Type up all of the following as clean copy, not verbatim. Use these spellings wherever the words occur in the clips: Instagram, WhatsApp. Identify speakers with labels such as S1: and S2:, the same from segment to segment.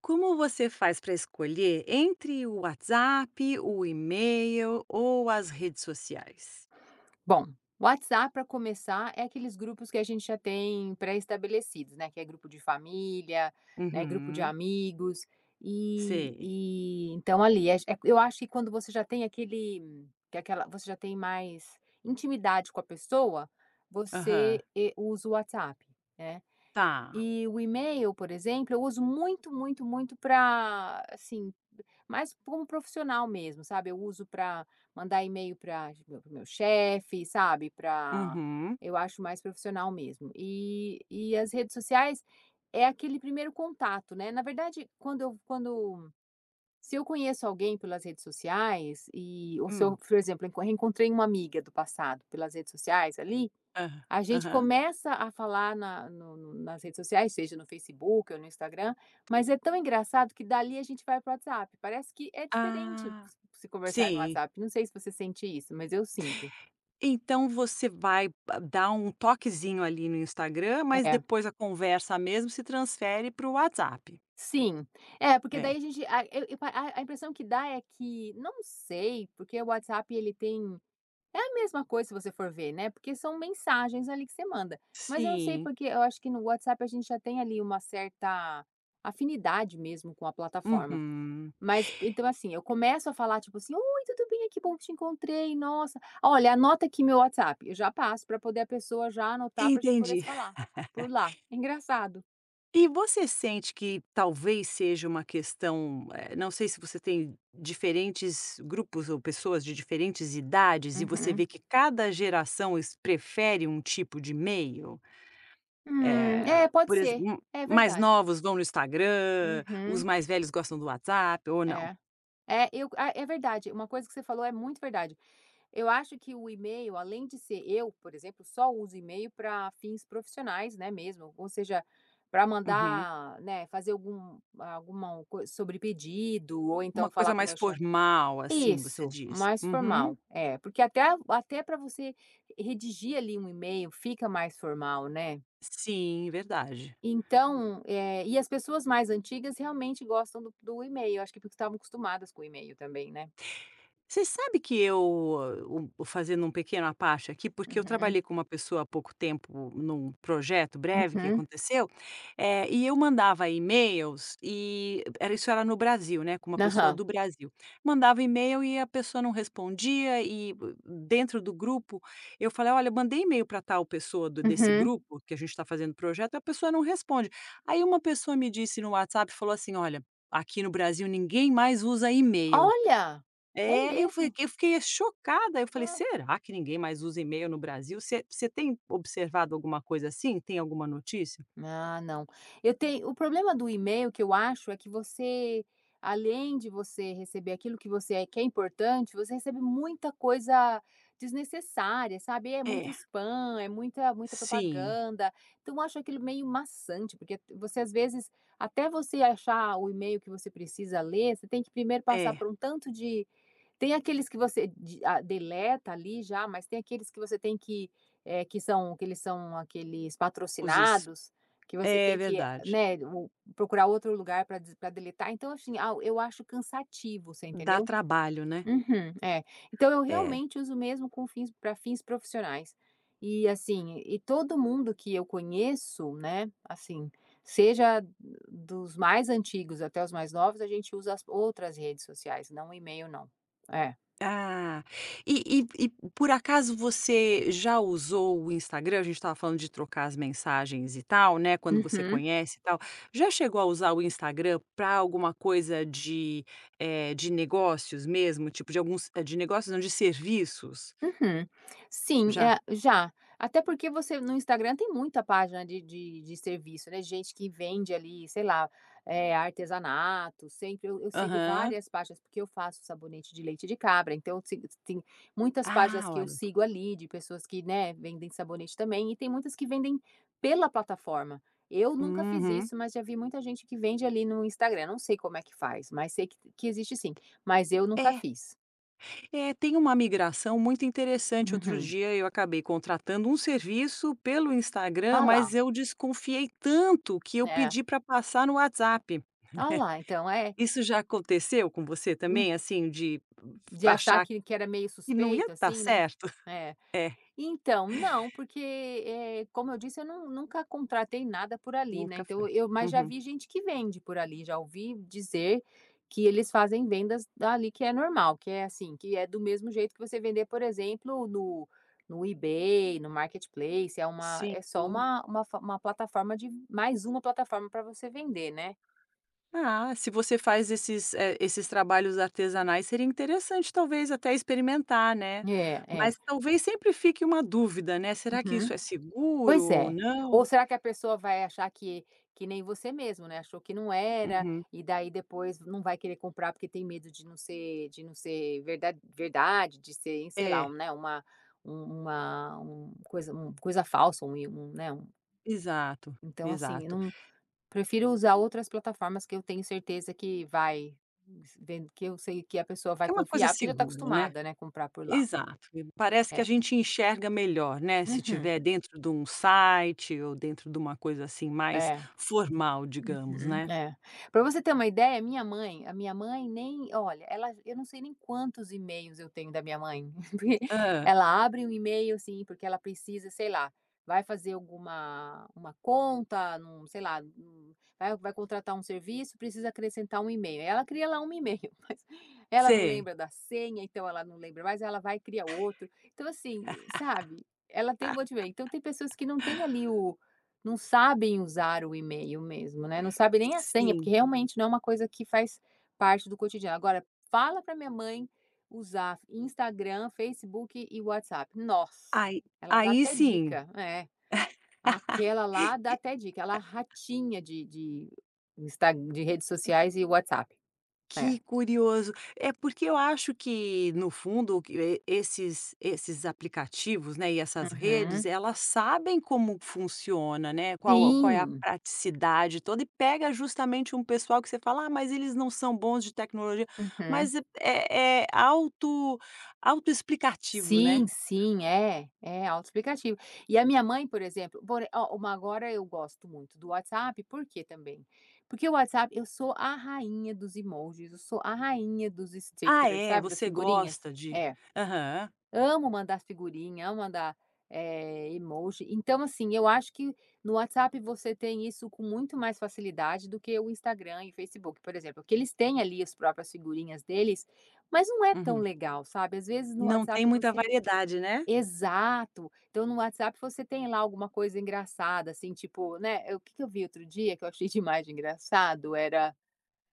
S1: Como você faz para escolher entre o WhatsApp, o e-mail ou as redes sociais?
S2: Bom, WhatsApp para começar é aqueles grupos que a gente já tem pré-estabelecidos, né, que é grupo de família, né, grupo de
S1: Uhum.
S2: amigos, e
S1: Sei.
S2: e então ali, é eu acho que quando você já tem aquele que é aquela você já tem mais intimidade com a pessoa,
S1: Aham.
S2: você, usa o WhatsApp, né.
S1: Tá.
S2: E o e-mail, por exemplo, eu uso muito, muito, muito para assim, mais como profissional mesmo, sabe. Eu uso para mandar e-mail pra para o meu chefe, sabe, para
S1: Uhum.
S2: eu acho mais profissional mesmo. E as redes sociais é aquele primeiro contato, né. Na verdade, quando eu quando se eu conheço alguém pelas redes sociais e ou se eu,
S1: Hum.
S2: por exemplo, enco reencontrei uma amiga do passado pelas redes sociais ali
S1: Ah,
S2: a gente
S1: aham.
S2: começa a falar na no no nas redes sociais, seja no Facebook ou no Instagram, mas é tão engraçado que dali a gente vai para o WhatsApp. Parece que é diferente
S1: Ah.
S2: se conversar no
S1: Sim.
S2: WhatsApp. Não sei se você sente isso, mas eu sinto.
S1: Então você vai dar um toquezinho ali no Instagram, mas
S2: É.
S1: depois a conversa mesmo se transfere para o WhatsApp.
S2: Sim. É, porque daí
S1: É.
S2: a gente a eu pa a impressão que dá é que não sei, porque o WhatsApp ele tem é a mesma coisa se você for ver, né, porque são mensagens ali que você manda. Mas eu não sei
S1: Sim.
S2: porque eu acho que no WhatsApp a gente já tem ali uma certa afinidade mesmo com a plataforma.
S1: Uhum.
S2: Mas então, assim, eu começo a falar, tipo assim: "Oi, tudo bem? Que bom que te encontrei, nossa, olha, anota aqui meu WhatsApp", eu já passo para poder a pessoa já anotar para a gente poder se
S1: Entendi.
S2: falar, por lá. Engraçado.
S1: E você sente que talvez seja uma questão, não sei se você tem diferentes grupos ou pessoas de diferentes idades e você
S2: Uhum.
S1: vê que cada geração es prefere um tipo de meio? Eh,
S2: É, pode
S1: por
S2: ser.
S1: exemplo,
S2: É
S1: mais
S2: verdade.
S1: novos vão no Instagram, os
S2: Uhum.
S1: mais velhos gostam do WhatsApp ou não?
S2: É. É, é verdade, uma coisa que você falou é muito verdade. Eu acho que o e-mail, além de ser eu, por exemplo, só uso e-mail para fins profissionais, né, mesmo, ou seja, para
S1: Uhum.
S2: mandar, né, fazer alguma coisa sobre pedido ou então
S1: Uma
S2: falar
S1: coisa
S2: com o
S1: mais
S2: meu chefe.
S1: formal, assim, você
S2: Isso,
S1: diz?
S2: mais formal.
S1: Uhum.
S2: É, porque até até para você redigir ali um e-mail fica mais formal, né.
S1: Sim, verdade.
S2: Então, e as pessoas mais antigas realmente gostam do e-mail, acho que porque estavam acostumadas com o e-mail também, né.
S1: Você sabe que eu, fazendo um pequeno à parte aqui, porque eu
S2: Uhum,
S1: trabalhei com uma pessoa há pouco tempo num projeto breve que
S2: uhum.
S1: aconteceu, e eu mandava e-mails e era isso era no Brasil, né, com uma pessoa
S2: Aham.
S1: do Brasil. Mandava e-mail e a pessoa não respondia e dentro do grupo eu falei: "Olha, eu mandei e-mail para tal pessoa do desse
S2: Uhum.
S1: grupo que a gente está fazendo projeto, a pessoa não responde". Aí uma pessoa me disse no WhatsApp, falou assim: "Olha, aqui no Brasil ninguém mais usa e-mail".
S2: Olha! É
S1: É, eu falei
S2: mesmo?
S1: eu fiquei chocada, eu falei:
S2: Ah,
S1: "Será que ninguém mais usa e-mail no Brasil?" Você tem observado alguma coisa assim? Tem alguma notícia?
S2: ah, não. Eu tenho o problema do e-mail que eu acho é que você, além de você receber aquilo que você é, que é importante, você recebe muita coisa desnecessária, sabe? É muito
S1: É.
S2: spam, é muita muita
S1: Sim.
S2: propaganda. Então eu acho aquilo meio maçante, porque você às vezes, até você achar o e-mail que você precisa ler, você tem que primeiro passar
S1: É,
S2: por um tanto de. Tem aqueles que você de ah, deleta ali já, mas tem aqueles que você tem que, que são que eles são aqueles
S1: os es
S2: patrocinados, que você
S1: é
S2: tem que,
S1: verdade.
S2: né, o procurar outro lugar para des deletar, então assim, ah, eu acho cansativo, você
S1: Dá
S2: entendeu?
S1: trabalho, né?
S2: Uhum, é. Então eu
S1: É.
S2: realmente uso mesmo com fins para fins profissionais. E assim, e todo mundo que eu conheço, né, assim, seja dos mais antigos até os mais novos, a gente usa as outras redes sociais, não o e-mail não. É.
S1: Ah, e por acaso você já usou o Instagram? A gente estava falando de trocar as mensagens e tal, né, quando você
S2: Uhum,
S1: conhece e tal. Já chegou a usar o Instagram para alguma coisa de, de negócios mesmo? Tipo de alguns de negócios não, de serviços?
S2: uhum. Sim,
S1: Já?
S2: já. Até porque você no Instagram tem muita página de serviço, né, gente que vende ali, sei lá, é artesanato, sempre eu sigo
S1: Aham.
S2: várias páginas, porque eu faço sabonete de leite de cabra, então eu sigo tem muitas
S1: Ah,
S2: páginas que eu
S1: olha.
S2: sigo ali, de pessoas que, né, vendem sabonete também, e tem muitas que vendem pela plataforma. Eu nunca fiz
S1: Uhum.
S2: isso, mas já vi muita gente que vende ali no Instagram, não sei como é que faz, mas sei que existe sim, mas eu nunca
S1: É.
S2: fiz.
S1: É, tem uma migração muito interessante. Outro
S2: Uhum.
S1: dia eu acabei contratando um serviço pelo Instagram,
S2: Ah
S1: mas
S2: lá.
S1: eu desconfiei tanto que eu
S2: É,
S1: pedi para passar no WhatsApp.
S2: olha lá, então é,
S1: Isso já aconteceu com você
S2: hum,
S1: também, assim, de
S2: de achar
S1: achar
S2: que era meio
S1: que não ia
S2: suspeito,
S1: dar
S2: assim, né.
S1: certo?
S2: É,
S1: É,
S2: então, não, porque, como eu disse, eu não nunca contratei nada por ali, né,
S1: nunca foi.
S2: então eu mas já
S1: Uhum.
S2: vi gente que vende por ali, já ouvi dizer que eles fazem vendas dali que é normal, que é assim, que é do mesmo jeito que você vender, por exemplo, no no eBay, no marketplace, é uma
S1: Sim.
S2: é só uma plataforma de mais uma plataforma para você vender, né.
S1: Ah, se você faz esses, esses trabalhos artesanais, seria interessante talvez até experimentar, né?
S2: É, é.
S1: Mas talvez sempre fique uma dúvida, né? Será que
S2: Uhum.
S1: isso é seguro
S2: Pois
S1: ou
S2: é. Ou
S1: não?
S2: será que a pessoa vai achar que nem você mesmo, né, achou que não era,
S1: Uhum.
S2: e daí depois não vai querer comprar porque tem medo de não ser verdade verdade, de ser, sei lá,
S1: É,
S2: um, né, uma coisa falsa, um, né,
S1: exato,
S2: então assim, eu
S1: exato.
S2: não prefiro usar outras plataformas que eu tenho certeza que vai vendo que eu sei que a pessoa vai
S1: Que é uma coisa
S2: confiar, porque já está
S1: segura, né.
S2: acostumada, né, comprar por lá.
S1: Exato. E parece que a
S2: É.
S1: gente enxerga melhor, né, se
S2: Uhum.
S1: tiver dentro de um site ou dentro de uma coisa, assim, mais
S2: É.
S1: formal, digamos,
S2: Uhum,
S1: né.
S2: é. Pra você ter uma ideia, minha mãe a minha mãe nem olha, ela eu não sei nem quantos e-mails eu tenho da minha mãe, porque
S1: Ah,
S2: ela abre um e-mail, assim, porque ela precisa, sei lá, vai fazer alguma uma conta num sei lá, num vai contratar um serviço, precisa acrescentar um e-mail, ela cria lá um e-mail, mas ela não
S1: sei.
S2: lembra da senha, então ela não lembra mais, ela vai criar outro. Então assim, sabe, ela tem um monte de e-mail. Então tem pessoas que não têm ali o não sabem usar o e-mail mesmo, né, não sabe nem a senha, porque
S1: Sim.
S2: realmente não é uma coisa que faz parte do cotidiano. Agora, fala para minha mãe usar Instagram, Facebook e WhatsApp. Nossa,
S1: Aí
S2: ela dá
S1: aí
S2: até
S1: sim.
S2: dica. É, aquela lá dá até dica, ela é ratinha de Insta de redes sociais e WhatsApp. É.
S1: Que curioso. É porque eu acho que, no fundo, o que e esses aplicativos, né, e essas
S2: Uhum.
S1: redes, elas sabem como funciona, né, qual é a
S2: Sim.
S1: praticidade toda e pega justamente um pessoal que você fala: "Ah, mas eles não são bons de tecnologia",
S2: Uhum.
S1: mas é autoexplicativo, né.
S2: Sim, sim, é, é autoexplicativo. E a minha mãe, por exemplo, por ó, uma agora eu gosto muito do WhatsApp, por quê também? Porque o WhatsApp, eu sou a rainha dos emojis, eu sou a rainha dos
S1: "Ah,
S2: stickers,
S1: é?
S2: sabe, das
S1: Você
S2: figurinhas?
S1: gosta de"
S2: É,
S1: Aham.
S2: amo mandar figurinha, amo mandar, emoji. Então, assim, eu acho que no WhatsApp você tem isso com muito mais facilidade do que o Instagram e Facebook, por exemplo, que eles têm ali as próprias figurinhas deles, mas não é tão
S1: Uhum.
S2: legal, sabe? Às vezes no
S1: Não
S2: WhatsApp
S1: tem muita
S2: você.
S1: variedade, né?
S2: Exato. Então no WhatsApp você tem lá alguma coisa engraçada, assim, tipo, né, eu- o que que eu vi outro dia que eu achei demais de engraçado, era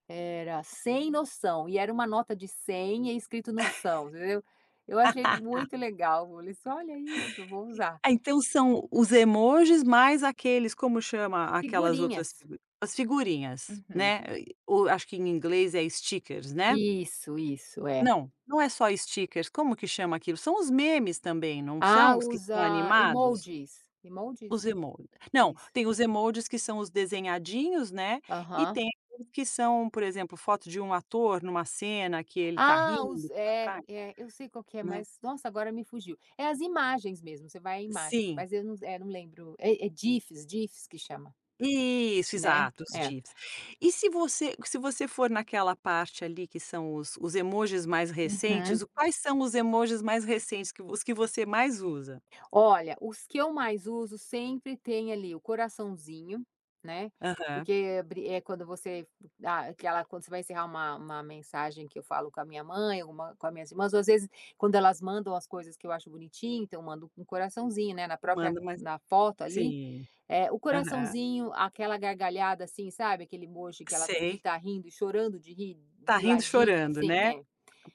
S2: era "sem noção", e era uma nota de 100 e é escrito "noção", entendeu. Eu achei muito legal, falei assim: "Olha isso, vou usar".
S1: Ah, então são os emojis mais aqueles como chama aquelas outras
S2: Figurinhas.
S1: figu as figurinhas,
S2: Uhum.
S1: né, o acho que em inglês é stickers, né?
S2: Isso, é.
S1: Não, não é só stickers, como que chama aquilo? São os memes também, não
S2: Ah,
S1: são os que
S2: usa
S1: são animados?
S2: emojis. Emojis?
S1: Os emojis. Não,
S2: Isso.
S1: tem os emojis que são os desenhadinhos, né, e
S2: Aham.
S1: tem aqueles que são, por exemplo, foto de um ator numa cena que ele tá
S2: Ah, os
S1: rindo pra
S2: é,
S1: trás,
S2: é, eu sei qual que é,
S1: né.
S2: mas nossa, agora me fugiu. É as imagens mesmo, você vai em imagens,
S1: Sim.
S2: mas eu não é, não lembro. É GIFs, GIFs que chama,
S1: Isso,
S2: né?
S1: exato, os
S2: É.
S1: GIFs. E se você for naquela parte ali que são os emojis mais
S2: Uhum.
S1: recentes, o quais são os emojis mais recentes que os que você mais usa?
S2: Olha, os que eu mais uso sempre tem ali o coraçãozinho, né,
S1: Aham.
S2: porque quando você dá aquela quando você vai encerrar uma mensagem que eu falo com a minha mãe, alguma com as minhas irmãs, ou às vezes quando elas mandam as coisas que eu acho bonitinho, então eu mando um coraçãozinho, né, na própria
S1: Manda mais
S2: na foto ali,
S1: sim,
S2: o
S1: aham.
S2: coraçãozinho, aquela gargalhada, assim, sabe, aquele emoji que ela que ele
S1: Sei.
S2: tá rindo e chorando de rir
S1: Tá
S2: de
S1: rindo
S2: ladinho,
S1: chorando,
S2: assim,
S1: né.
S2: é.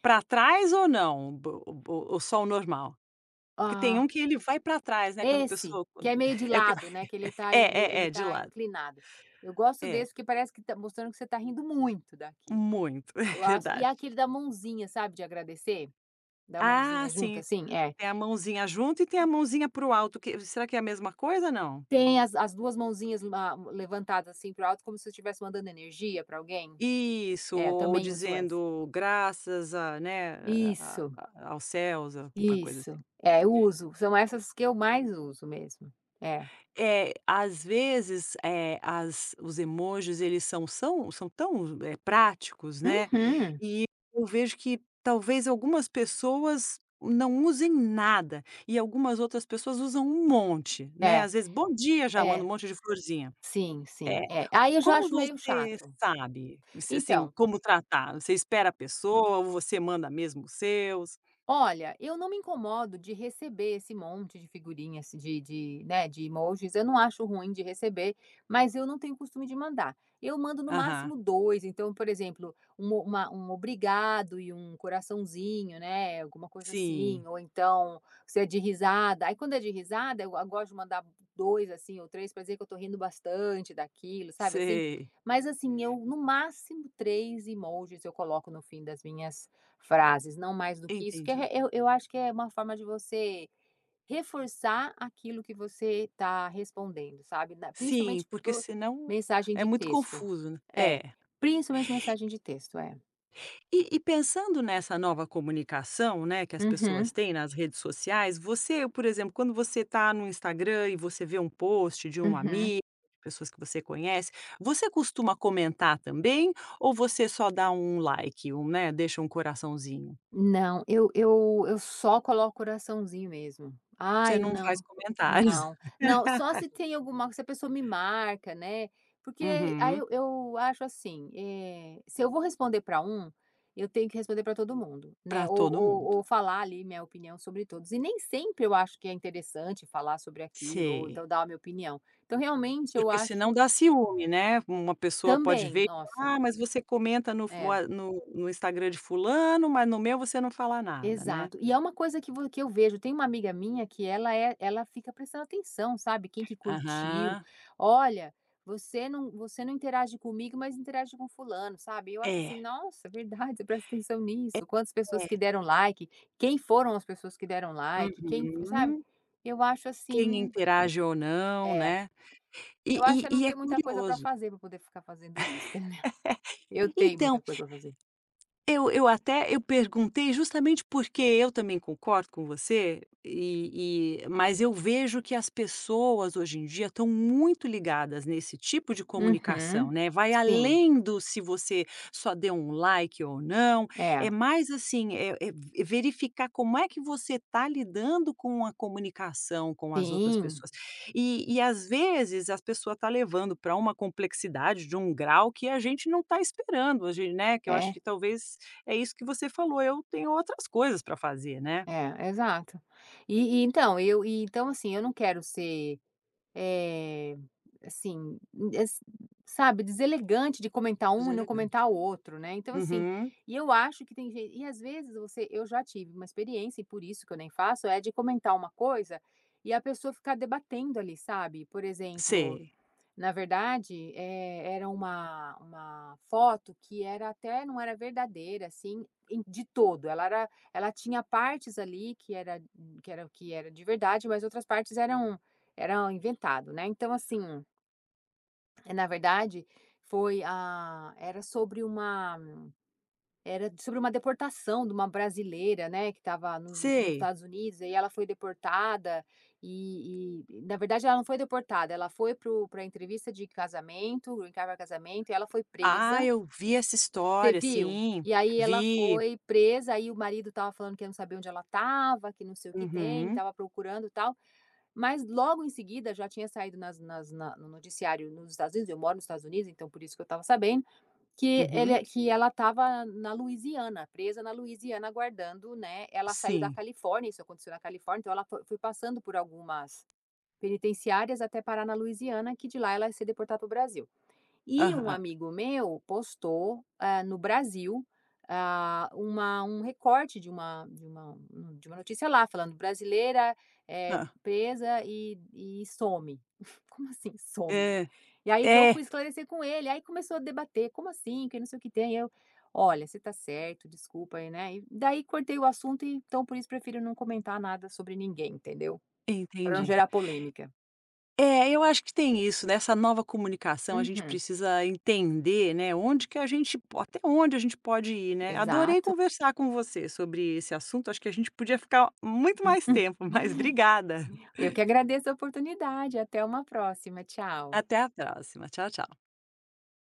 S1: Pra trás ou não? Bo ou só o normal? Porque tem um
S2: Ah.
S1: que ele vai pra trás, né, quando a
S2: Esse,
S1: pessoa
S2: que
S1: quando
S2: é meio de
S1: é o que vai
S2: lado, né, que ele tá ele
S1: é, é,
S2: ele
S1: é, de
S2: tá
S1: lado.
S2: inclinado. Eu gosto
S1: É,
S2: desse porque parece que tá mostrando que você tá rindo muito daquilo.
S1: muito, é
S2: Eu acho e é
S1: verdade.
S2: aquele da mãozinha, sabe, de agradecer? Da
S1: Ah,
S2: mãozinha junta,
S1: sim.
S2: assim, é.
S1: Tem a mãozinha junto e tem a mãozinha para o alto, que será que é a mesma coisa, não?
S2: Tem as 2 mãozinhas ma levantadas, assim, para alto, como se você estivesse mandando energia para alguém.
S1: Isso,
S2: É,
S1: ou
S2: também uso essa.
S1: dizendo graças a né,
S2: Isso,
S1: a aos céus, alguma coisa
S2: isso.
S1: assim.
S2: É, eu uso. São essas que eu mais uso mesmo. É.
S1: É, às vezes, as os emojis eles são tão, práticos, né,
S2: Uhum.
S1: e eu vejo que talvez algumas pessoas não usem nada, e algumas outras pessoas usam um monte, né,
S2: É,
S1: às vezes: "Bom dia", já
S2: é.
S1: manda um monte de florzinha.
S2: Sim,
S1: É.
S2: sim. É. Aí eu já
S1: Como
S2: acho meio
S1: você
S2: chato.
S1: sabe, se assim,
S2: Então.
S1: como tratar? Você espera a pessoa ou você manda mesmo os seus?
S2: Olha, eu não me incomodo de receber esse monte de figurinhas de, né, de emojis, eu não acho ruim de receber, mas eu não tenho costume de mandar. Eu mando no
S1: Aham.
S2: máximo 2. Então, por exemplo, um uma um obrigado e um coraçãozinho, né, alguma coisa assim,
S1: Sim,
S2: ou então, se é de risada, aí quando é de risada eu gosto de mandar 2 assim, ou 3 para dizer que eu tô rindo bastante daquilo, sabe assim?
S1: sei,
S2: Mas assim, eu no máximo 3 emojis eu coloco no fim das minhas frases, não mais do que isso, que
S1: entendi.
S2: é eu acho que é uma forma de você reforçar aquilo que você está respondendo, sabe, na
S1: Sim,
S2: principalmente
S1: porque
S2: por
S1: senão
S2: mensagem
S1: é
S2: de
S1: muito
S2: texto.
S1: confuso, né.
S2: É,
S1: É.
S2: principalmente mensagem de texto, é.
S1: E pensando nessa nova comunicação, né, que as
S2: Uhum,
S1: pessoas têm nas redes sociais, você, por exemplo, quando você tá no Instagram e você vê um post de um
S2: uhum.
S1: amigo, de pessoas que você conhece, você costuma comentar também ou você só dá um like, um, né, deixa um coraçãozinho?
S2: Não, eu só coloco coraçãozinho mesmo.
S1: Você
S2: Ai,
S1: não faz
S2: não,
S1: comentários.
S2: não, não, só se tem alguma se a pessoa me marca, né, porque aí
S1: Uhum.
S2: eu acho assim, se eu vou responder para um, eu tenho que responder para todo mundo, né,
S1: Pra
S2: ou
S1: todo
S2: ou
S1: mundo.
S2: ou falar ali minha opinião sobre todos, e nem sempre eu acho que é interessante falar sobre aquilo ou
S1: Sei.
S2: então dar a minha opinião. Então realmente eu
S1: Porque senão
S2: acho
S1: dá ciúme, né, uma pessoa pode
S2: também,
S1: ver e
S2: nossa,
S1: falar: "Ah, mas você comenta no f
S2: é.
S1: no no Instagram de fulano, mas no meu você não fala nada", né?
S2: Exato. E é uma coisa que vo que eu vejo, tem uma amiga minha que ela é ela fica prestando atenção, sabe, quem que curtiu.
S1: Aham.
S2: "Olha, você não interage comigo, mas interage com fulano", sabe. Eu acho assim:
S1: É,
S2: "Nossa, é verdade, você presta atenção nisso. Quantas pessoas que
S1: é.
S2: deram like, quem foram as pessoas que deram like, quem", sabe.
S1: Uhum.
S2: Eu acho
S1: Quem
S2: assim
S1: interage ou não,
S2: é,
S1: né. E
S2: eu acho
S1: e
S2: é não
S1: e é
S2: ter muita coisa para
S1: curioso.
S2: fazer para poder ficar fazendo isso, entendeu. Eu tenho muita
S1: Então
S2: coisa para fazer.
S1: eu perguntei justamente porque eu também concordo com você, mas eu vejo que as pessoas hoje em dia estão muito ligadas nesse tipo de comunicação,
S2: Uhum.
S1: né, vai
S2: Sim.
S1: além do se você só deu um like ou não,
S2: É.
S1: é mais assim, ve verificar como é que você está lidando com a comunicação com as outras
S2: Sim.
S1: pessoas. E às vezes as pessoas está levando para uma complexidade de um grau que a gente não está esperando, a gen né, que eu acho
S2: É.
S1: que talvez é isso que você falou, eu tenho outras coisas para fazer, né.
S2: É, exato. E então, eu e então, assim, eu não quero ser, eh, assim, es sabe, deselegante de comentar
S1: Menos
S2: um e não
S1: elegante.
S2: comentar o outro, né, então, assim,
S1: Uhum.
S2: e eu acho que tem gen e às vezes você eu já tive uma experiência e por isso que eu nem faço, é de comentar uma coisa e a pessoa ficar debatendo ali, sabe, por exemplo
S1: Sei.
S2: na verdade, era uma foto que era até não era verdadeira, assim, em de todo, ela tinha partes ali que era que era de verdade, mas outras partes eram eram inventado, né. Então assim, na verdade, foi a era sobre uma deportação de uma brasileira, né, que estava nos
S1: Sei.
S2: Estados Unidos, aí ela foi deportada e na verdade ela não foi deportada, ela foi para a entrevista de casamento, green card pra casamento, e ela foi
S1: Ah,
S2: presa.
S1: eu vi essa
S2: Você
S1: história,
S2: viu?
S1: sim.
S2: E aí ela
S1: Vi.
S2: foi presa, aí o marido estava falando que não sabia onde ela estava, que não sei o que tem,
S1: Uhum,
S2: estava procurando e tal, mas logo em seguida já tinha saído nas nas na no noticiário nos Estados Unidos, eu moro nos Estados Unidos, então por isso que eu estava sabendo, que
S1: uhum.
S2: ele que ela estava na Louisiana, presa na Louisiana aguardando, né, ela saiu da
S1: Sim.
S2: Califórnia, isso aconteceu na Califórnia, então ela foi foi passando por algumas penitenciárias até parar na Louisiana, que de lá ela ia ser deportada para o Brasil. E um
S1: Aham.
S2: amigo meu postou, no Brasil, ah, uma um recorte de uma notícia lá falando: "Brasileira é
S1: Hã.
S2: presa e some". Como assim some, né?
S1: É.
S2: E aí então eu fui
S1: É.
S2: esclarecer com ele, aí começou a debater: "Como assim? Que não sei o que tem". Eu: "Olha, você tá certo, desculpa aí, né". E daí cortei o assunto e então por isso prefiro não comentar nada sobre ninguém, entendeu? Para não
S1: Entendi.
S2: gerar polêmica.
S1: É, eu acho que tem isso, nessa nova comunicação, a gente
S2: Uhum,
S1: precisa entender, né, onde que a gente po até onde a gente pode ir, né. Adorei
S2: exato.
S1: conversar com você sobre esse assunto, acho que a gente podia ficar muito mais tempo, mas obrigada.
S2: Eu que agradeço a oportunidade. Até uma próxima. Tchau.
S1: Até a próxima. Tchau, tchau.